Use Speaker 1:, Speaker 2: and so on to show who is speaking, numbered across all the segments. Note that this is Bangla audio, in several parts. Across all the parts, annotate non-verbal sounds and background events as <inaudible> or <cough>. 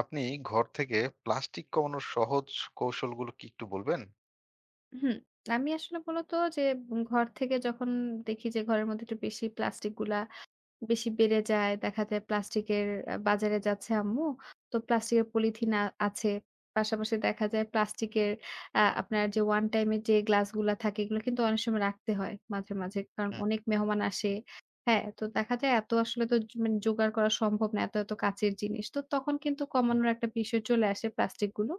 Speaker 1: আপনি ঘর থেকে প্লাস্টিক কমানোর সহজ কৌশলগুলো কি একটু বলবেন?
Speaker 2: হুম। আমি আসলে মূলত যে ঘর থেকে যখন দেখি যে ঘরের মধ্যে একটু বেশি প্লাস্টিক গুলা বেশি বেড়ে যায়। দেখা যায় প্লাস্টিকের বাজারে যাচ্ছে আম্মু। তো প্লাস্টিকের পলিথিন আছে। পাশাপাশি দেখা যায় প্লাস্টিকের আপনার যে ওয়ান টাইম এর যে গ্লাসগুলা থাকে এগুলো কিন্তু অনেক সময় রাখতে হয় মাঝে মাঝে। কারণ
Speaker 1: হুম,
Speaker 2: অনেক মেহমান আসে। হ্যাঁ, তো দেখা যায় এত আসলে তো মানে জোগাড় করা সম্ভব না। এত এত কাঁচের জিনিস। তো তখন কিন্তু
Speaker 1: হুম।
Speaker 2: কমানোর একটা বিষয় চলে আসে প্লাস্টিকগুলো।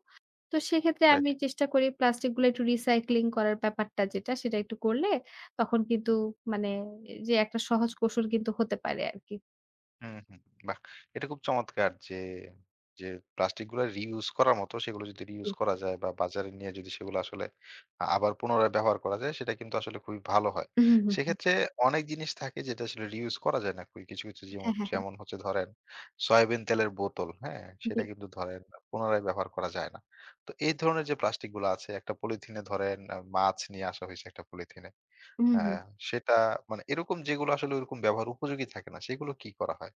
Speaker 2: তো সেক্ষেত্রে
Speaker 1: রাইট।
Speaker 2: আমি চেষ্টা করি প্লাস্টিকগুলো একটু রিসাইক্লিং করার ব্যাপারটা যেটা সেটা একটু করলে তখন কিন্তু মানে যে একটা সহজ কৌশল কিন্তু হতে পারে আরকি।
Speaker 1: হুম, হুম। বাহ! এটা খুব চমৎকার যে প্লাস্টিক গুলা রিইউজ করার মতো সেগুলো যদি
Speaker 2: জি।
Speaker 1: রিইউজ করা যায় বা বাজারে নিয়ে যদি সেগুলো আসলে আবার পুনরায় ব্যবহার করা যায় সেটা কিন্তু আসলে খুবই ভালো হয়।
Speaker 2: হুম, হুম, হুম।
Speaker 1: সেক্ষেত্রে অনেক জিনিস থাকে যেটা আসলে রিইউজ করা যায় না। খুবই কিছু, কিছু যেমন
Speaker 2: হ্যাঁ, হ্যাঁ, হ্যাঁ।
Speaker 1: যেমন হচ্ছে ধরেন সয়াবিন তেলের বোতল, হ্যাঁ?
Speaker 2: জি।
Speaker 1: সেটা কিন্তু ধরেন পুনরায় ব্যবহার করা যায় না। তো এই ধরনের যে প্লাস্টিক গুলো আছে একটা পলিথিনে ধরেন মাছ নিয়ে আসা হয়েছে একটা পলিথিনে।
Speaker 2: হুম, হুম।
Speaker 1: হ্যাঁ, সেটা মানে এরকম যেগুলো আসলে ওরকম ব্যবহার উপযোগী থাকে না সেগুলো কি করা হয়?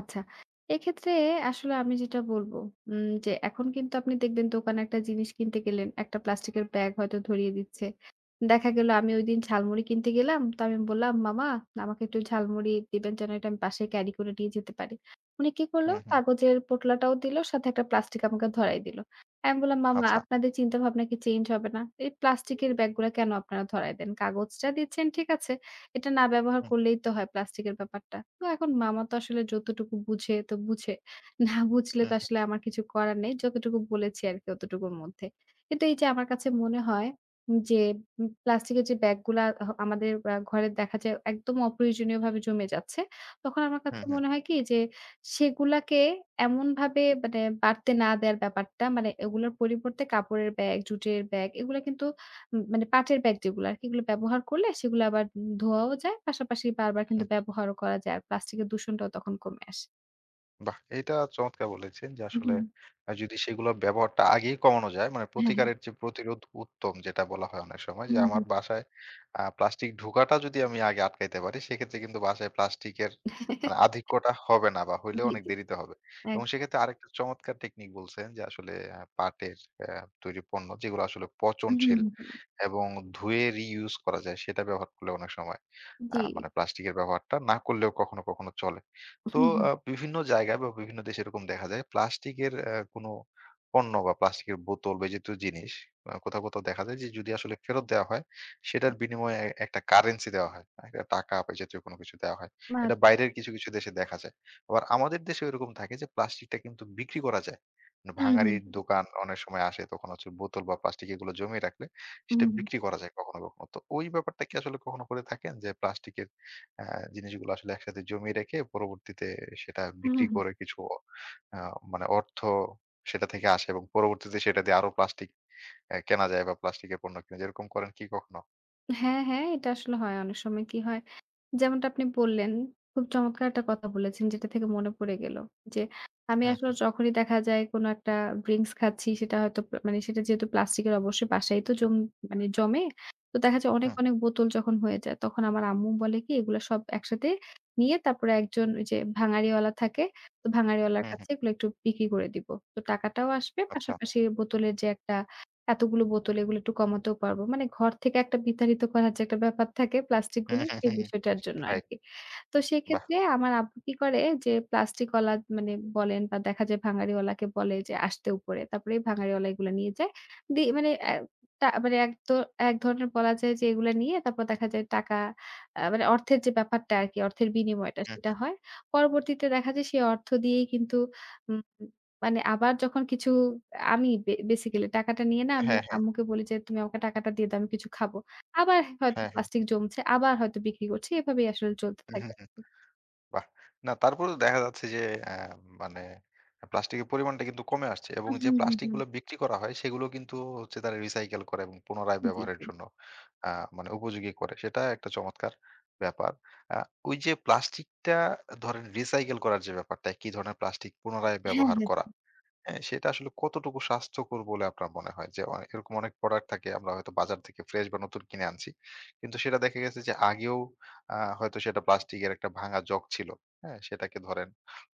Speaker 2: আচ্ছা। এক্ষেত্রে আসলে আমি যেটা বলব যে এখন কিন্তু আপনি দেখবেন দোকানে একটা জিনিস কিনতে গেলেন, একটা প্লাস্টিকের ব্যাগ হয়তো ধরিয়ে দিচ্ছে। দেখা গেল আমি ওইদিন ঝালমুড়ি কিনতে গেলাম। তো আমি বললাম, "মামা আমাকে একটু ঝালমুড়ি দিবেন যেন এটা আমি বাসায় ক্যারি করে নিয়ে যেতে পারি।" উনি কি করলো?
Speaker 1: হুম, হুম।
Speaker 2: কাগজের পোটলাটাও দিল, সাথে একটা প্লাস্টিক আমাকে ধরাই দিল। আমি বললাম, "মামা
Speaker 1: আচ্ছা।
Speaker 2: আপনাদের চিন্তাভাবনা কি চেঞ্জ হবে না? এই প্লাস্টিকের ব্যাগগুলা কেন আপনারা ধরায় দেন? কাগজটা দিচ্ছেন ঠিক আছে। এটা না ব্যবহার
Speaker 1: হুম,
Speaker 2: করলেই তো হয় প্লাস্টিকের ব্যাপারটা। তো এখন মামা তো আসলে যতটুকু বুঝে তো বুঝে। না বুঝলে
Speaker 1: হুম,
Speaker 2: তো
Speaker 1: হুম,
Speaker 2: আসলে আমার কিছু করার নেই। যতটুকু বলেছি আরকি অতটুকুর মধ্যে। কিন্তু এই যে আমার কাছে মনে হয় যে প্লাস্টিকের যে ব্যাগগুলা আমাদের ঘরে দেখা যায় একদম অপ্রয়োজনীয়ভাবে জমে যাচ্ছে। তখন আমার
Speaker 1: হুম,
Speaker 2: কাছে
Speaker 1: হুম।
Speaker 2: মনে হয় কি যে সেগুলাকে এমনভাবে মানে বাড়তে না দেয়ার ব্যাপারটা মানে এগুলোর পরিবর্তে কাপড়ের ব্যাগ, জুটের ব্যাগ এগুলা কিন্তু মানে পাটের ব্যাগ যেগুলো আরকি এগুলো ব্যবহার করলে সেগুলো আবার ধোয়াও যায়। পাশাপাশি বারবার কিন্তু ব্যবহারও করা যায়। আর প্লাস্টিকের দূষণটাও তখন কমে আসে।
Speaker 1: বাহ! এটা চমৎকার বলেছেন যে আসলে
Speaker 2: হুম,
Speaker 1: যদি সেগুলোর ব্যবহারটা আগেই কমানো যায়, মানে
Speaker 2: হ্যাঁ।
Speaker 1: প্রতিকারের যে প্রতিরোধ উত্তম যেটা বলা হয় অনেক সময় যে
Speaker 2: হুম,
Speaker 1: আমার
Speaker 2: হুম।
Speaker 1: বাসায় প্লাস্টিক ঢোকাটা যদি আমি আগে আটকাইতে পারি সেক্ষেত্রে কিন্তু বাসায় প্লাস্টিকের
Speaker 2: হুম।
Speaker 1: মানে
Speaker 2: <laughs>
Speaker 1: আধিক্যটা হবে না বা হইলেও
Speaker 2: জি,
Speaker 1: অনেক
Speaker 2: জি।
Speaker 1: দেরিতে হবে।
Speaker 2: এক
Speaker 1: এবং সেক্ষেত্রে আরেকটা চমৎকার টেকনিক বলছেন যে আসলে পাটের আ তৈরি পণ্য যেগুলো আসলে
Speaker 2: হুম, হুম,
Speaker 1: পচনশীল
Speaker 2: হুম।
Speaker 1: এবং ধুয়ে রিইউজ করা যায় সেটা ব্যবহার করলে অনেক সময়
Speaker 2: জি।
Speaker 1: মানে প্লাস্টিকের ব্যবহারটা না করলেও কখনো, কখনো চলে। তো
Speaker 2: হুম, হুম।
Speaker 1: বিভিন্ন জায়গায় বা বিভিন্ন দেশে এরকম দেখা যায় প্লাস্টিকের কোনো পণ্য বা প্লাস্টিকের বোতল বা এই জাতীয় জিনিস কোথাও, কোথাও দেখা যায় যে যদি আসলে ফেরত দেওয়া হয় সেটার
Speaker 2: হুম।
Speaker 1: বিনিময়ে একটা কারেন্সি দেওয়া হয়। একটা টাকা বা এই জাতীয় কোনো কিছু দেওয়া হয়।
Speaker 2: মা
Speaker 1: এটা বাইরের কিছু, কিছু দেশে দেখা যায়। আবার আমাদের দেশেও এরকম থাকে যে প্লাস্টিকটা কিন্তু বিক্রি করা যায়। মানে
Speaker 2: হুম, হুম,
Speaker 1: ভাঙাড়ির দোকান অনেক সময় আসে তখন হচ্ছে বোতল বা প্লাস্টিক এগুলো জমিয়ে রাখলে
Speaker 2: হুম,
Speaker 1: সেটা
Speaker 2: হুম,
Speaker 1: বিক্রি
Speaker 2: হুম।
Speaker 1: করা যায় কখনো, কখনো। তো ওই ব্যাপারটা কি আসলে কখনো করে থাকেন যে প্লাস্টিকের হ্যাঁ, জিনিসগুলো আসলে একসাথে জমিয়ে রেখে পরবর্তীতে সেটা বিক্রি
Speaker 2: হুম।
Speaker 1: করে কিছু আ মানে অর্থ সেটা থেকে আসে এবং পরবর্তীতে সেটা দিয়ে আরো প্লাস্টিক কেনা যায় বা প্লাস্টিকের পণ্য কিনা যায়। এরকম করেন কি কখনো?
Speaker 2: হ্যাঁ, হ্যাঁ। এটা আসলে হয়। অনেক সময় কি হয় যেমনটা আপনি বললেন, খুব চমৎকার একটা কথা বলেছেন যেটা থেকে মনে পড়ে গেল। যে আমি আসলে
Speaker 1: হুম,
Speaker 2: যখনই দেখা যায় কোনো একটা ড্রিংকস খাচ্ছি সেটা হয়তো মানে সেটা যেহেতু প্লাস্টিকের অবশ্যই বাসায় তো মানে জমে। তো দেখা যায় অনেক,
Speaker 1: হুম,
Speaker 2: অনেক বোতল যখন হয়ে যায় তখন আমার আম্মু বলে কি এগুলা সব একসাথে নিয়ে তারপরে একজন ওই যে ভাঙাড়িওয়ালা থাকে, তো ভাঙাড়িওয়ালার
Speaker 1: হুম, হুম,
Speaker 2: কাছে এগুলো একটু বিক্রি করে দিব। তো টাকাটাও আসবে
Speaker 1: আচ্ছা।
Speaker 2: পাশাপাশি বোতলের যে একটা এতগুলো বোতল এগুলো একটু কমাতেও পারবো। মানে ঘর থেকে একটা বিতাড়িত করার যে একটা ব্যাপার থাকে প্লাস্টিক
Speaker 1: হুম,
Speaker 2: গুলো
Speaker 1: হুম,
Speaker 2: সেই
Speaker 1: হুম, হুম।
Speaker 2: বিষয়টার জন্য
Speaker 1: রাইট।
Speaker 2: আরকি। তো
Speaker 1: বাহ!
Speaker 2: সেক্ষেত্রে আমার আব্বু কি করে যে প্লাস্টিক ওয়ালা মানে বলেন বা দেখা যায় ভাঙাড়িওয়ালাকে বলে যে আসতে উপরে। তারপরে এই ভাঙাড়িওয়ালা এগুলো নিয়ে যায়। মানে মানে এক তো এক ধরনের বলা যায় যে এগুলা নিয়ে তারপর দেখা যায় টাকা মানে অর্থের যে ব্যাপারটা আরকি অর্থের বিনিময়টা
Speaker 1: হুম,
Speaker 2: সেটা
Speaker 1: হুম।
Speaker 2: হয়। পরবর্তীতে দেখা যায় সেই অর্থ দিয়েই কিন্তু উম মানে আবার যখন কিছু আমি বেসিক্যালি টাকাটা নিয়ে না আমি
Speaker 1: হ্যাঁ, হ্যাঁ,
Speaker 2: আম্মুকে বলি যে, "তুমি আমাকে টাকাটা দিয়ে দাও, আমি কিছু খাবো।" আবার হয়তো
Speaker 1: হ্যাঁ, হ্যাঁ।
Speaker 2: প্লাস্টিক জমছে, আবার হয়তো বিক্রি করছি। এভাবেই আসলে চলতে
Speaker 1: হুম,
Speaker 2: থাকে
Speaker 1: হুম।
Speaker 2: আরকি।
Speaker 1: বাহ! না তারপরেও দেখা যাচ্ছে যে মানে প্লাস্টিকের পরিমাণটা কিন্তু কমে আসছে এবং
Speaker 2: হুম,
Speaker 1: যে
Speaker 2: হুম, হুম।
Speaker 1: প্লাস্টিকগুলো বিক্রি করা হয় সেগুলো কিন্তু হচ্ছে তারা রিসাইকেল করে এবং পুনরায়
Speaker 2: হুম। জি,
Speaker 1: ব্যবহারের
Speaker 2: জি।
Speaker 1: জন্য আ মানে উপযোগী করে। সেটা একটা চমৎকার ব্যাপার। আ ওই যে প্লাস্টিকটা ধরেন রিসাইকেল করার যে ব্যাপারটা, একই ধরনের প্লাস্টিক পুনরায়
Speaker 2: হ্যাঁ,
Speaker 1: ব্যবহার
Speaker 2: হ্যাঁ।
Speaker 1: করা। হ্যাঁ, সেটা আসলে কতটুকু স্বাস্থ্যকর বলে আপনার মনে হয়? যে এরকম অনেক প্রোডাক্ট থাকে আমরা হয়তো বাজার থেকে ফ্রেশ বা নতুন কিনে আনছি। কিন্তু সেটা দেখা গেছে যে আগেও হয়তো সেটা প্লাস্টিকের একটা ভাঙা জগ ছিল। হ্যাঁ? সেটাকে ধরেন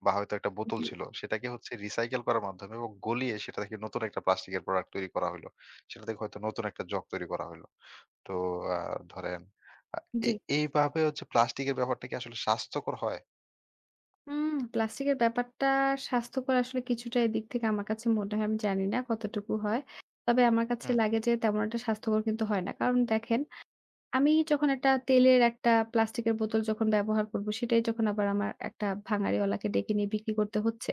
Speaker 1: বা হয়তো একটা বোতল
Speaker 2: জি,
Speaker 1: ছিল। সেটাকে হচ্ছে রিসাইকেল করার মাধ্যমে এবং গলিয়ে সেটা থেকে নতুন একটা প্লাস্টিকের প্রোডাক্ট তৈরি করা হইলো। সেটা থেকে হয়তো নতুন একটা জগ তৈরি করা হইলো। তো আ ধরেন আ
Speaker 2: জি।
Speaker 1: এইভাবে হচ্ছে প্লাস্টিকের ব্যাপারটা কি আসলে স্বাস্থ্যকর হয়?
Speaker 2: প্লাস্টিকের ব্যাপারটা স্বাস্থ্যকর আসলে কিছুটা এদিক থেকে আমার কাছে মনে হয়। আমি জানি না কতটুকু হয়। তবে আমার কাছে
Speaker 1: হুম,
Speaker 2: লাগে যে তেমন একটা স্বাস্থ্যকর কিন্তু হয় না। কারণ দেখেন আমি যখন একটা তেলের একটা প্লাস্টিকের বোতল যখন ব্যবহার করব, সেটাই যখন আবার আমার একটা ভাঙাড়িওয়ালাকে ডেকে নিয়ে বিক্রি করতে হচ্ছে,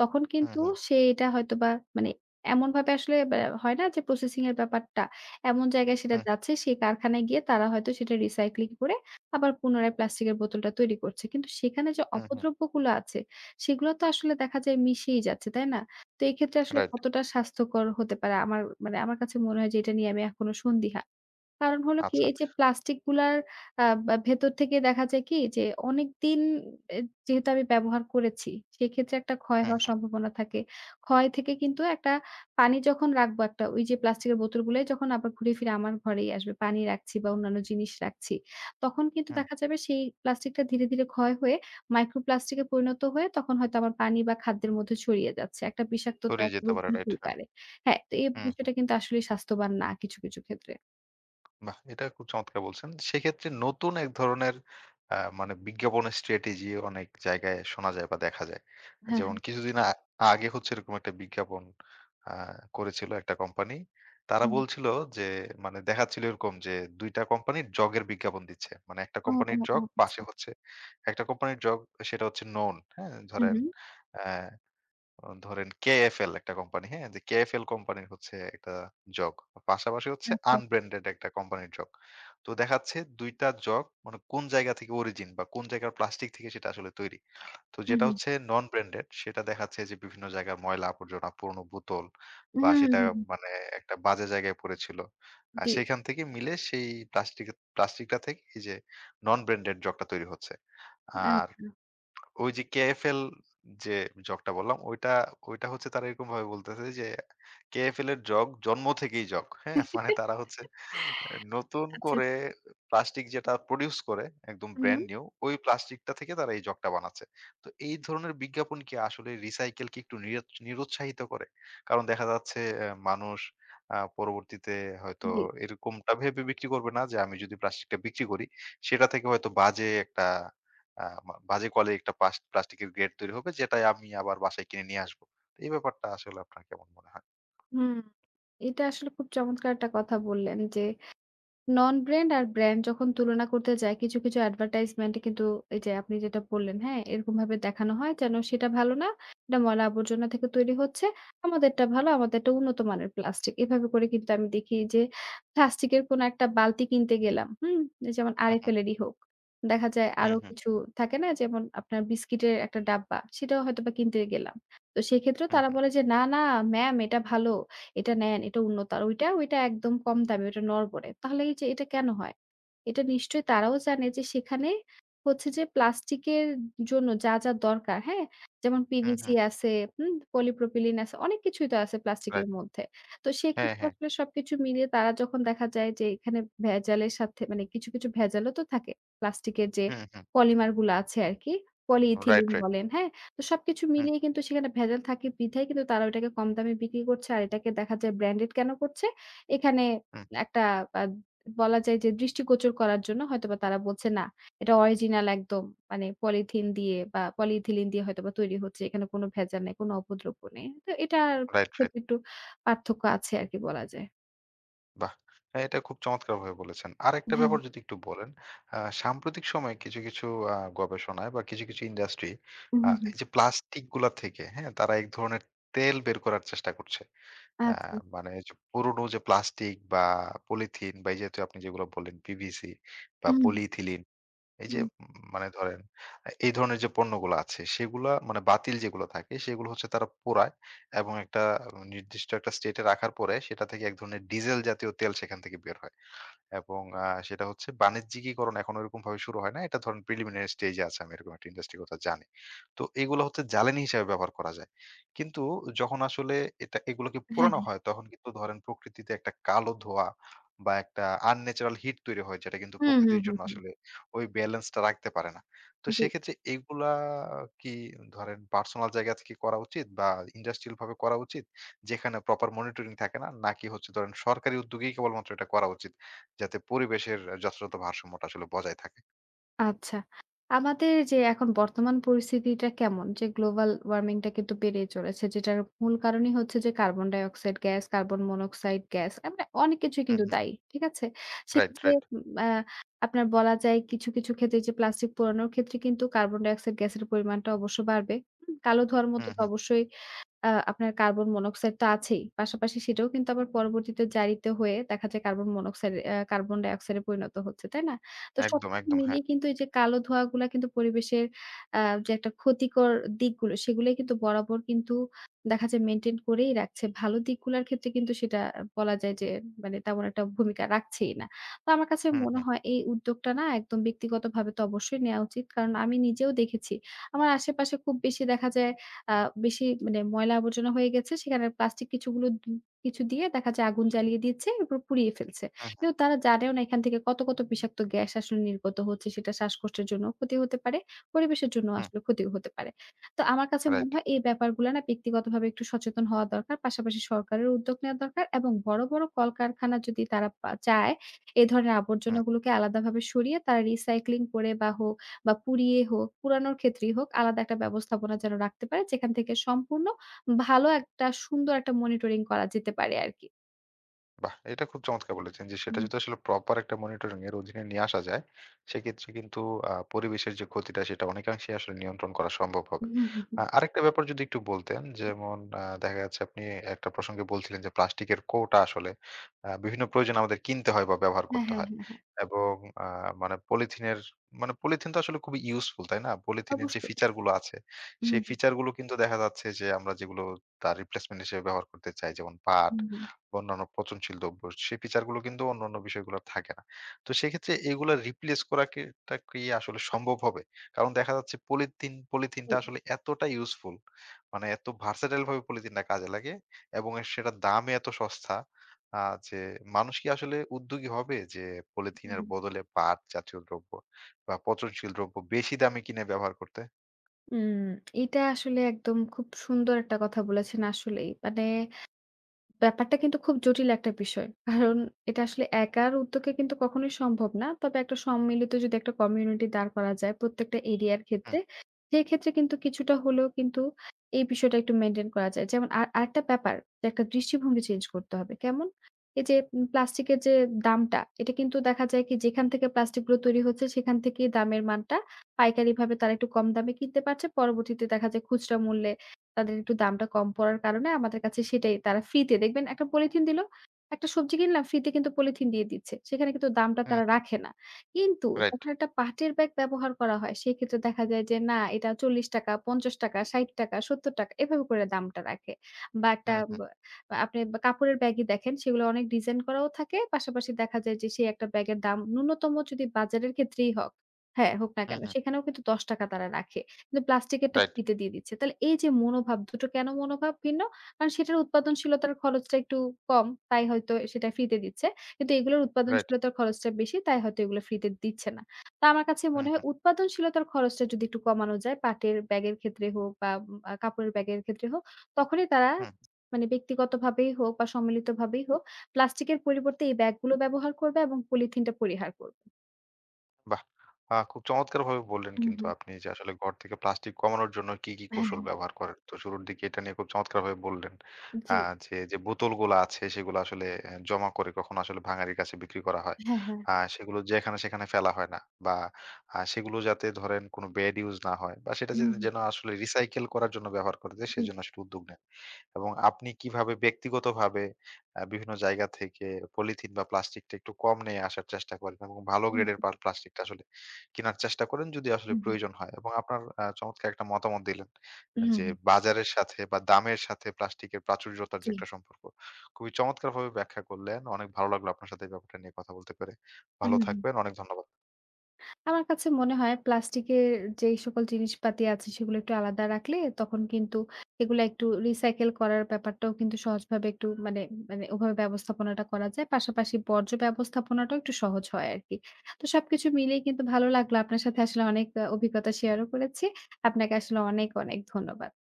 Speaker 2: তখন
Speaker 1: হুম,
Speaker 2: কিন্তু
Speaker 1: হুম,
Speaker 2: সে এটা হয়তোবা মানে এমনভাবে আসলে হয় না যে প্রসেসিং এর ব্যাপারটা, এমন জায়গায় সেটা
Speaker 1: হুম,
Speaker 2: যাচ্ছে সেই কারখানায় গিয়ে তারা হয়তো সেটা রিসাইক্লিং করে আবার পুনরায় প্লাস্টিকের বোতলটা তৈরি করছে। কিন্তু সেখানে যে
Speaker 1: হুম, হুম।
Speaker 2: অপদ্রব্যগুলো আছে, সেগুলো তো আসলে দেখা যায় মিশেই যাচ্ছে, তাই না? তো এক্ষেত্রে আসলে
Speaker 1: রাইট।
Speaker 2: কতটা স্বাস্থ্যকর হতে পারে? আমার মানে আমার কাছে মনে হয় যে এটা নিয়ে আমি এখনো সন্দিহান। কারণ হলো কি
Speaker 1: আচ্ছা।
Speaker 2: এই যে প্লাস্টিক গুলার বা ভেতর থেকে দেখা যায় কি যে অনেকদিন এ যেহেতু আমি ব্যবহার করেছি, সেক্ষেত্রে একটা ক্ষয়
Speaker 1: হুম,
Speaker 2: হওয়ার
Speaker 1: হুম,
Speaker 2: সম্ভাবনা থাকে। ক্ষয় থেকে কিন্তু একটা পানি যখন রাখবো একটা ওই যে প্লাস্টিকের বোতলগুলাই যখন আবার ঘুরে ফিরে আমার ঘরেই আসবে। পানি রাখছি বা অন্যান্য জিনিস রাখছি। তখন কিন্তু
Speaker 1: হুম।
Speaker 2: দেখা যাবে সেই প্লাস্টিকটা ধীরে ধীরে ক্ষয় হয়ে মাইক্রো প্লাস্টিকে পরিণত হয়ে তখন হয়তো আমার পানি বা খাদ্যের মধ্যে ছড়িয়ে যাচ্ছে। একটা
Speaker 1: সরে
Speaker 2: বিষাক্ততার
Speaker 1: যেতে
Speaker 2: রূপ
Speaker 1: পারে রাইট।
Speaker 2: নিতেই
Speaker 1: হ্যাঁ।
Speaker 2: পারে। হ্যাঁ, তো এই
Speaker 1: হুম, হুম।
Speaker 2: বিষয়টা কিন্তু আসলেই স্বাস্থ্যবান না কিছু কিছু ক্ষেত্রে।
Speaker 1: বাহ! এটা খুব চমৎকার বলছেন। সেক্ষেত্রে নতুন এক ধরনের মানে বিজ্ঞাপনের স্ট্র্যাটেজি অনেক জায়গায় শোনা যায় বা দেখা যায়।
Speaker 2: হ্যাঁ,
Speaker 1: যেমন
Speaker 2: হ্যাঁ।
Speaker 1: কিছুদিন আগে হচ্ছে এরকম একটা বিজ্ঞাপন আ করেছিল একটা কোম্পানি। তারা
Speaker 2: হুম।
Speaker 1: বলছিল যে মানে দেখাচ্ছিল এরকম যে ২ টা কোম্পানির জগের বিজ্ঞাপন দিচ্ছে। মানে একটা
Speaker 2: ও, ও,
Speaker 1: কোম্পানির
Speaker 2: ও
Speaker 1: জগ
Speaker 2: আচ্ছা।
Speaker 1: পাশে হচ্ছে একটা কোম্পানির জগ সেটা হচ্ছে নোন। হ্যাঁ?
Speaker 2: হু,
Speaker 1: ধরেন
Speaker 2: হু।
Speaker 1: অ্যা ধরেন কেএফএল একটা কোম্পানি, হ্যাঁ? যে কেএফএল কোম্পানির হচ্ছে একটা জগ। পাশাপাশি হচ্ছে
Speaker 2: আচ্ছা।
Speaker 1: আনব্র্যান্ডেড একটা কোম্পানির জগ। তো দেখাচ্ছে ২ টা জগ মানে কোন জায়গা থেকে অরিজিন বা কোন জায়গার প্লাস্টিক থেকে সেটা আসলে তৈরি। তো
Speaker 2: হু,
Speaker 1: যেটা
Speaker 2: হু।
Speaker 1: হচ্ছে নন ব্র্যান্ডেড সেটা দেখাচ্ছে যে বিভিন্ন জায়গার ময়লা আবর্জনা, পুরনো বোতল
Speaker 2: হুম,
Speaker 1: বা
Speaker 2: হুম,
Speaker 1: সেটা
Speaker 2: হুম, হুম।
Speaker 1: মানে একটা বাজে জায়গায় পড়েছিল। আর
Speaker 2: জি।
Speaker 1: সেখান থেকে মিলে সেই প্লাস্টিকটা থেকে এই যে নন ব্র্যান্ডেড জগটা তৈরি হচ্ছে। আর
Speaker 2: আচ্ছা।
Speaker 1: ওই যে কেএফএল যে জগটা বললাম ওইটা হচ্ছে তারা এরকমভাবে বলতেছে যে কেএফএল এর জগ জন্ম থেকেই জগ। হ্যাঁ? <laughs> মানে তারা হচ্ছে নতুন
Speaker 2: আচ্ছা।
Speaker 1: করে প্লাস্টিক যেটা প্রোডিউস করে একদম
Speaker 2: হু, হু।
Speaker 1: ব্র্যান্ড নিউ ওই প্লাস্টিকটা থেকে তারা এই জগটা বানাচ্ছে। তো এই ধরনের বিজ্ঞাপন কি আসলে রিসাইকেল কি একটু নিরুৎসাহিত করে? কারণ দেখা যাচ্ছে মানুষ পরবর্তীতে হয়তো
Speaker 2: জি।
Speaker 1: এরকমটা ভেবে বিক্রি করবে না যে আমি যদি প্লাস্টিকটা বিক্রি করি সেটা থেকে হয়তো বাজে একটা বাজে কোয়ালিটির একটা প্লাস্টিকের গ্রেড তৈরি হবে যেটাই আমি আবার বাসায় কিনে নিয়ে আসবো। তো এই ব্যাপারটা আসলে আপনার কেমন মনে হয়?
Speaker 2: হুম। এটা আসলে খুব চমৎকার একটা কথা বললেন যে নন ব্র্যান্ড আর ব্র্যান্ড যখন তুলনা করতে যায় কিছু কিছু অ্যাডভার্টাইজমেন্টে কিন্তু এই যে আপনি যেটা বললেন, হ্যাঁ? এরকমভাবে দেখানো হয় যেন সেটা ভালো না, এটা ময়লা আবর্জনা থেকে তৈরি হচ্ছে। আমাদেরটা ভালো, আমাদেরটা উন্নত মানের প্লাস্টিক। এভাবে করে কিন্তু আমি দেখি যে প্লাস্টিকের কোনো একটা বালতি কিনতে গেলাম, হুম? যেমন
Speaker 1: হুম, হুম,
Speaker 2: আরএফএল এরই হোক। দেখা যায়
Speaker 1: হুম,
Speaker 2: আরো
Speaker 1: হুম,
Speaker 2: কিছু থাকে না? যেমন আপনার বিস্কিটের একটা ডাব্বা, সেটাও হয়তোবা কিনতে গেলাম। তো সেক্ষেত্রেও
Speaker 1: হুম,
Speaker 2: তারা
Speaker 1: হুম,
Speaker 2: বলে যে, "না, না ম্যাম এটা ভালো।" এটা নেন, এটা উন্নত। আর ওইটা একদম কম দামি, ওইটা নড়বড়ে। তাহলে এই যে এটা কেন হয়? এটা নিশ্চয়ই তারাও জানে যে সেখানে হচ্ছে যে প্লাস্টিকের জন্য যা যা দরকার, হ্যাঁ? যেমন
Speaker 1: হুম,
Speaker 2: পিভিসি
Speaker 1: হুম,
Speaker 2: আছে, হুম? পলিপ্রোপিলিন আছে, অনেক কিছুই তো আছে প্লাস্টিকের
Speaker 1: রাইট।
Speaker 2: মধ্যে। তো
Speaker 1: হ্যাঁ,
Speaker 2: সেক্ষেত্রে
Speaker 1: হ্যাঁ।
Speaker 2: আসলে সবকিছু মিলিয়ে তারা যখন দেখা যায় যে এখানে ভেজালের সাথে মানে কিছু কিছু ভেজালও তো থাকে। প্লাস্টিকের যে
Speaker 1: হুম, হুম।
Speaker 2: পলিমার গুলা আছে আরকি,
Speaker 1: রাইট,
Speaker 2: পলিইথিলিন
Speaker 1: রাইট।
Speaker 2: বলেন, হ্যাঁ? তো সবকিছু
Speaker 1: হুম,
Speaker 2: মিলিয়ে কিন্তু সেখানে ভেজাল থাকে বিধায় কিন্তু তারা ওটাকে কম দামে বিক্রি করছে। আর এটাকে দেখা যায় ব্র্যান্ডেড কেন করছে? এখানে
Speaker 1: হুম,
Speaker 2: একটা আ বলা যায় যে দৃষ্টিগোচর করার জন্য হয়তোবা তারা বলছে না, এটা অরিজিনাল একদম মানে পলিথিন দিয়ে বা পলিইথিলিন দিয়ে হয়তোবা তৈরি হচ্ছে। এখানে কোনো ভেজাল নেই, কোনো অপদ্রব্য নেই। তো এটার
Speaker 1: রাইট, রাইট।
Speaker 2: ক্ষেত্রে একটু পার্থক্য আছে আরকি বলা যায়।
Speaker 1: বাহ! হ্যাঁ, এটা খুব চমৎকারভাবে বলেছেন। আরেকটা
Speaker 2: হ্যাঁ।
Speaker 1: ব্যাপার যদি একটু বলেন, আ সাম্প্রতিক সময়ে কিছু, কিছু গবেষণায় বা কিছু, কিছু ইন্ডাস্ট্রি
Speaker 2: হুম, হুম, হুম।
Speaker 1: এই যে প্লাস্টিক গুলা থেকে, হ্যাঁ? তারা এক ধরনের তেল বের করার চেষ্টা করছে। হ্যাঁ,
Speaker 2: আচ্ছা।
Speaker 1: মানে এই যে পুরনো যে প্লাস্টিক বা পলিথিন বা এই যে আপনি যেগুলো বললেন পিভিসি বা
Speaker 2: হুম, হুম।
Speaker 1: পলিইথিলিন এই যে
Speaker 2: হুম।
Speaker 1: মানে ধরেন এই ধরনের যে পণ্যগুলো আছে সেগুলা মানে বাতিল যেগুলো থাকে সেগুলো হচ্ছে তারা পোড়ায় এবং একটা নির্দিষ্ট একটা স্টেটে রাখার পরে সেটা থেকে এক ধরনের ডিজেল জাতীয় তেল সেখান থেকে বের হয় এবং সেটা হচ্ছে বাণিজ্যিকীকরণ এখন ওইরকমভাবে শুরু হয় নাই। এটা ধরেন প্রিলিমিনারি স্টেজে আছে। আমি এরকম একটা ইন্ডাস্ট্রির কথা জানি। তো এগুলো হচ্ছে জ্বালানি হিসেবে ব্যবহার করা যায়। কিন্তু যখন আসলে এগুলোকে
Speaker 2: হ্যাঁ,
Speaker 1: পোড়ানো
Speaker 2: হ্যাঁ।
Speaker 1: হয় তখন কিন্তু ধরেন প্রকৃতিতে একটা কালো ধোঁয়া বা একটা আনন্যাচারাল হিট তৈরি হয় যেটা কিন্তু
Speaker 2: হুম, হুম,
Speaker 1: প্রকৃতির
Speaker 2: হুম,
Speaker 1: জন্য
Speaker 2: হুম।
Speaker 1: আসলে ওই ব্যালেন্সটা রাখতে পারে না। তো
Speaker 2: জি।
Speaker 1: সেক্ষেত্রে এগুলা কি ধরেন পার্সোনাল জায়গা থেকে করা উচিত বা ইন্ডাস্ট্রিয়াল ভাবে করা উচিত যেখানে প্রপার মনিটরিং থাকে না? নাকি হচ্ছে ধরেন সরকারি উদ্যোগেই কেবলমাত্র এটা করা উচিত? যাতে পরিবেশের যথাযথ ভারসাম্যটা আসলে বজায় থাকে।
Speaker 2: আচ্ছা। আমাদের যে এখন বর্তমান পরিস্থিতিটা কেমন? যে গ্লোবাল ওয়ার্মিং টা কিন্তু বেড়েই চলেছে। যেটার মূল কারণই হচ্ছে যে carbon dioxide gas, carbon monoxide gas. মানে অনেক কিছুই
Speaker 1: হুম,
Speaker 2: কিন্তু
Speaker 1: হুম।
Speaker 2: দায়ী। ঠিক আছে?
Speaker 1: রাইট,
Speaker 2: সেক্ষেত্রে
Speaker 1: রাইট।
Speaker 2: উম আ আপনার বলা যায় কিছু কিছু ক্ষেত্রে যে প্লাস্টিক পোড়ানোর ক্ষেত্রে কিন্তু কার্বন ডাইঅক্সাইড গ্যাসের পরিমাণটা অবশ্য বাড়বে। হুম? কালো ধোঁয়ার মতো
Speaker 1: হুম,
Speaker 2: তো
Speaker 1: হুম।
Speaker 2: অবশ্যই আপনার কার্বন মনোক্সাইড তো আছেই। পাশাপাশি সেটাও কিন্তু আবার পরবর্তীতে জারিত হয়ে দেখা যায় কার্বন মনোক্সাইড কার্বন ডাইঅক্সাইডে পরিণত হচ্ছে, তাই না? তো
Speaker 1: একদম,
Speaker 2: সবকিছু
Speaker 1: একদম। হ্যাঁ।
Speaker 2: মিলিয়ে কিন্তু এই যে কালো ধোঁয়াগুলা কিন্তু পরিবেশের আ যে একটা ক্ষতিকর দিকগুলো সেগুলাই কিন্তু বরাবর কিন্তু দেখা যায় মেইনটেইন করেই রাখছে। ভালো দিকগুলার ক্ষেত্রে কিন্তু সেটা বলা যায় যে মানে তেমন একটা ভূমিকা রাখছেই না। তো আমার কাছে
Speaker 1: হুম,
Speaker 2: মনে
Speaker 1: হুম।
Speaker 2: হয় এই উদ্যোগটা না একদম ব্যক্তিগতভাবে তো অবশ্যই নেয়া উচিত। কারণ আমি নিজেও দেখেছি। আমার আশেপাশে খুব বেশি দেখা যায় আ বেশি মানে ময়লা আবর্জনা হয়ে গেছে। সেখানে প্লাস্টিক কিছুগুলো কিছু দিয়ে দেখা যায় আগুন জ্বালিয়ে দিচ্ছে, এরপর পুড়িয়ে ফেলছে।
Speaker 1: হুম, হুম,
Speaker 2: কিন্তু
Speaker 1: রাইট।
Speaker 2: তারা জানেও না এখান থেকে কত কত বিষাক্ত গ্যাস আসলে নির্গত হচ্ছে। সেটা শ্বাসকষ্টের জন্যও ক্ষতি হতে পারে, পরিবেশের জন্যও
Speaker 1: হুম।
Speaker 2: আসলে ক্ষতি হতে পারে। তো আমার কাছে
Speaker 1: রাইট।
Speaker 2: মনে হয় এই ব্যাপারগুলা না ব্যক্তিগতভাবে একটু সচেতন হওয়া দরকার। পাশাপাশি সরকারের উদ্যোগ নেওয়া দরকার এবং বড় বড় কলকারখানা যদি তারা চায়, এ ধরনের
Speaker 1: হুম।
Speaker 2: আবর্জনাগুলোকে আলাদাভাবে সরিয়ে তারা রিসাইক্লিং করে বা হোক বা পুড়িয়ে হোক, পুড়ানোর ক্ষেত্রেই হোক আলাদা একটা ব্যবস্থাপনা যেন রাখতে পারে যেখান থেকে সম্পূর্ণ ভালো একটা সুন্দর একটা মনিটরিং করা যেতে পারে আরকি।
Speaker 1: বাহ! এটা খুব চমৎকার বলেছেন যে সেটা
Speaker 2: হুম,
Speaker 1: যদি আসলে প্রপার একটা মনিটরিং এর অধীনে নিয়ে আসা যায়, সেক্ষেত্রে কিন্তু পরিবেশের যে ক্ষতিটা সেটা অনেকাংশেই আসলে নিয়ন্ত্রণ করা সম্ভব হবে।
Speaker 2: হুম, হুম, হুম।
Speaker 1: আরেকটা ব্যাপার যদি একটু বলতেন যেমন দেখা যাচ্ছে আপনি একটা প্রসঙ্গে বলছিলেন যে প্লাস্টিকের কৌটা আসলে বিভিন্ন প্রয়োজনে আমাদের কিনতে হয় বা ব্যবহার
Speaker 2: হ্যাঁ,
Speaker 1: করতে
Speaker 2: হ্যাঁ,
Speaker 1: হয়।
Speaker 2: হ্যাঁ, হ্যাঁ।
Speaker 1: এবং আ মানে পলিথিনের মানে পলিথিন তো আসলে খুবই ইউজফুল তাই না? পলিথিনের যে
Speaker 2: অবশ্যই।
Speaker 1: ফিচার গুলো আছে,
Speaker 2: হুম,
Speaker 1: সেই
Speaker 2: হুম,
Speaker 1: ফিচার গুলো কিন্তু দেখা যাচ্ছে যে আমরা যেগুলো তার রিপ্লেসমেন্ট হিসেবে ব্যবহার করতে চাই যেমন পাট
Speaker 2: হুম, হুম,
Speaker 1: বা অন্যান্য পচনশীল দ্রব্য সেই ফিচারগুলো কিন্তু অন্যান্য বিষয়গুলোর থাকে না। তো সেক্ষেত্রে এগুলা রিপ্লেস করা কি কি আসলে সম্ভব হবে? কারণ দেখা যাচ্ছে পলিথিনটা
Speaker 2: জি।
Speaker 1: আসলে এতটা ইউজফুল মানে এত ভার্সেটাইল ভাবে পলিথিনটা কাজে লাগে এবং সেটার দামে এত সস্তা আ যে মানুষ কি আসলে উদ্যোগী হবে যে
Speaker 2: হুম,
Speaker 1: পলিথিনের
Speaker 2: হুম।
Speaker 1: বদলে পাট জাতীয় দ্রব্য বা পচনশীল দ্রব্য বেশি দামে কিনে ব্যবহার করতে?
Speaker 2: উম এটা আসলে একদম খুব সুন্দর একটা কথা বলেছেন আসলেই। মানে ব্যাপারটা কিন্তু খুব জটিল একটা বিষয়। কারণ এটা আসলে একার উদ্যোগে কিন্তু কখনোই সম্ভব না। তবে একটা সম্মিলিত যদি একটা কমিউনিটি দাঁড় করা যায় প্রত্যেকটা এরিয়ার
Speaker 1: হুম,
Speaker 2: ক্ষেত্রে, সেক্ষেত্রে কিন্তু কিছুটা হলেও কিন্তু এই বিষয়টা একটু মেইনটেইন করা যায়। যেমন আরেকটা ব্যাপার যে একটা দৃষ্টিভঙ্গি চেঞ্জ করতে হবে। কেমন? এই যে প্লাস্টিকের যে দামটা, এটা কিন্তু দেখা যায় কি যেখান থেকে প্লাস্টিকগুলো তৈরি হচ্ছে সেখান থেকেই দামের মানটা পাইকারিভাবে তারা একটু কম দামে কিনতে পারছে। পরবর্তীতে দেখা যায় খুচরা মূল্যে তাদের একটু দামটা কম পড়ার কারণে আমাদের কাছে সেটাই তারা ফ্রিতে দেখবেন একটা পলিথিন দিল। একটা সবজি কিনলাম ফ্রিতে কিন্তু পলিথিন দিয়ে দিচ্ছে। সেখানে কিন্তু দামটা
Speaker 1: হুম,
Speaker 2: তারা
Speaker 1: হুম,
Speaker 2: রাখে না। কিন্তু
Speaker 1: রাইট।
Speaker 2: যখন একটা পাটের ব্যাগ ব্যবহার করা হয় সেক্ষেত্রে দেখা যায় যে না এটা ৳৪০, ৳৫০, ৳৬০, ৳৭০ এভাবে করে দামটা রাখে। বা
Speaker 1: হুম,
Speaker 2: একটা ব
Speaker 1: right,
Speaker 2: আপনি বা কাপড়ের ব্যাগই দেখেন সেগুলো অনেক ডিজাইন করাও থাকে। পাশাপাশি দেখা যায় যে সেই একটা ব্যাগের দাম ন্যূনতম যদি বাজারের ক্ষেত্রেই হোক হ্যাঁ, হোক না
Speaker 1: হুম, হুম,
Speaker 2: কেন
Speaker 1: হুম,
Speaker 2: সেখানেও কিন্তু ৳১০ তারা রাখে। কিন্তু প্লাস্টিকেরটা
Speaker 1: রাইট,
Speaker 2: ফ্রিতে দিয়ে দিচ্ছে। তাহলে এই যে মনোভাব, দুটো কেন মনোভাব ভিন্ন? কারণ সেটার উৎপাদনশীলতার খরচটা একটু কম, তাই হয়তো সেটা ফ্রিতে দিচ্ছে। কিন্তু এগুলোর
Speaker 1: রাইট।
Speaker 2: উৎপাদনশীলতার খরচটা বেশি, তাই হয়তো এগুলো ফ্রিতে দিচ্ছে না। তো আমার
Speaker 1: হুম,
Speaker 2: কাছে
Speaker 1: right, হুম,
Speaker 2: মনে
Speaker 1: right,
Speaker 2: হয়
Speaker 1: হুম।
Speaker 2: উৎপাদনশীলতার খরচটা যদি একটু কমানো যায়, পাটের ব্যাগের ক্ষেত্রে হোক বা উম আ কাপড়ের ব্যাগের ক্ষেত্রে হোক, তখনই তারা
Speaker 1: হুম,
Speaker 2: মানে ব্যক্তিগতভাবেই হোক বা সম্মিলিতভাবেই হোক, প্লাস্টিকের পরিবর্তে এই ব্যাগগুলো ব্যবহার করবে এবং পলিথিনটা পরিহার করবে।
Speaker 1: বাহ! খুব চমৎকারভাবে বললেন
Speaker 2: হুম,
Speaker 1: কিন্তু
Speaker 2: হুম।
Speaker 1: আপনি যে আসলে ঘর থেকে প্লাস্টিক কমানোর জন্য কি, কি
Speaker 2: হ্যাঁ,
Speaker 1: কৌশল
Speaker 2: হ্যাঁ।
Speaker 1: ব্যবহার করেন। তো শুরুর দিকে এটা নিয়ে খুব চমৎকারভাবে বললেন।
Speaker 2: জি।
Speaker 1: আ যে, যে বোতলগুলা আছে সেগুলো আসলে জমা করে কখনো আসলে ভাঙারির কাছে বিক্রি করা হয়।
Speaker 2: হ্যাঁ, হ্যাঁ।
Speaker 1: সেগুলো যেখানে সেখানে ফেলা হয় না বা সেগুলো যাতে ধরেন কোনো ব্যাড ইউস না হয় বা সেটা
Speaker 2: হুম,
Speaker 1: যাতে
Speaker 2: হুম।
Speaker 1: যেন আসলে রিসাইকেল করার জন্য ব্যবহার করা যায়
Speaker 2: হুম,
Speaker 1: সেজন্য
Speaker 2: জি।
Speaker 1: আসলে উদ্যোগ নেন। এবং আপনি কিভাবে ব্যক্তিগতভাবে বিভিন্ন জায়গা থেকে পলিথিন বা প্লাস্টিকটা একটু কম নিয়ে আসার চেষ্টা করেন এবং ভালো
Speaker 2: হুম।
Speaker 1: গ্রেডের প্লাস্টিকটা আসলে কেনার চেষ্টা করেন যদি আসলে
Speaker 2: হুম,
Speaker 1: প্রয়োজন হয়। এবং আপনার চমৎকার একটা মতামত দিলেন
Speaker 2: হুম,
Speaker 1: যে
Speaker 2: হুম,
Speaker 1: বাজারের সাথে বা দামের সাথে প্লাস্টিকের প্রাচুর্যতার যে
Speaker 2: জি।
Speaker 1: একটা সম্পর্ক। খুবই চমৎকারভাবে ব্যাখ্যা করলেন। অনেক ভালো লাগলো আপনার সাথে এই ব্যাপারটা নিয়ে কথা বলতে পেরে।
Speaker 2: হুম,
Speaker 1: ভালো
Speaker 2: হুম।
Speaker 1: থাকবেন। অনেক ধন্যবাদ।
Speaker 2: আমার কাছে মনে হয় প্লাস্টিকের যেই সকল জিনিসপাতি আছে সেগুলো একটু আলাদা রাখলে তখন কিন্তু এগুলা একটু রিসাইকেল করার ব্যাপারটাও কিন্তু সহজভাবে একটু মানে মানে ওভাবে ব্যবস্থাপনাটা করা যায়। পাশাপাশি বর্জ্য ব্যবস্থাপনাটাও একটু সহজ হয় আরকি। তো সবকিছু মিলিয়ে কিন্তু ভালো লাগলো। আপনার সাথে আসলে অনেক অভিজ্ঞতা শেয়ারও করেছি। আপনাকে আসলে অনেক অনেক ধন্যবাদ।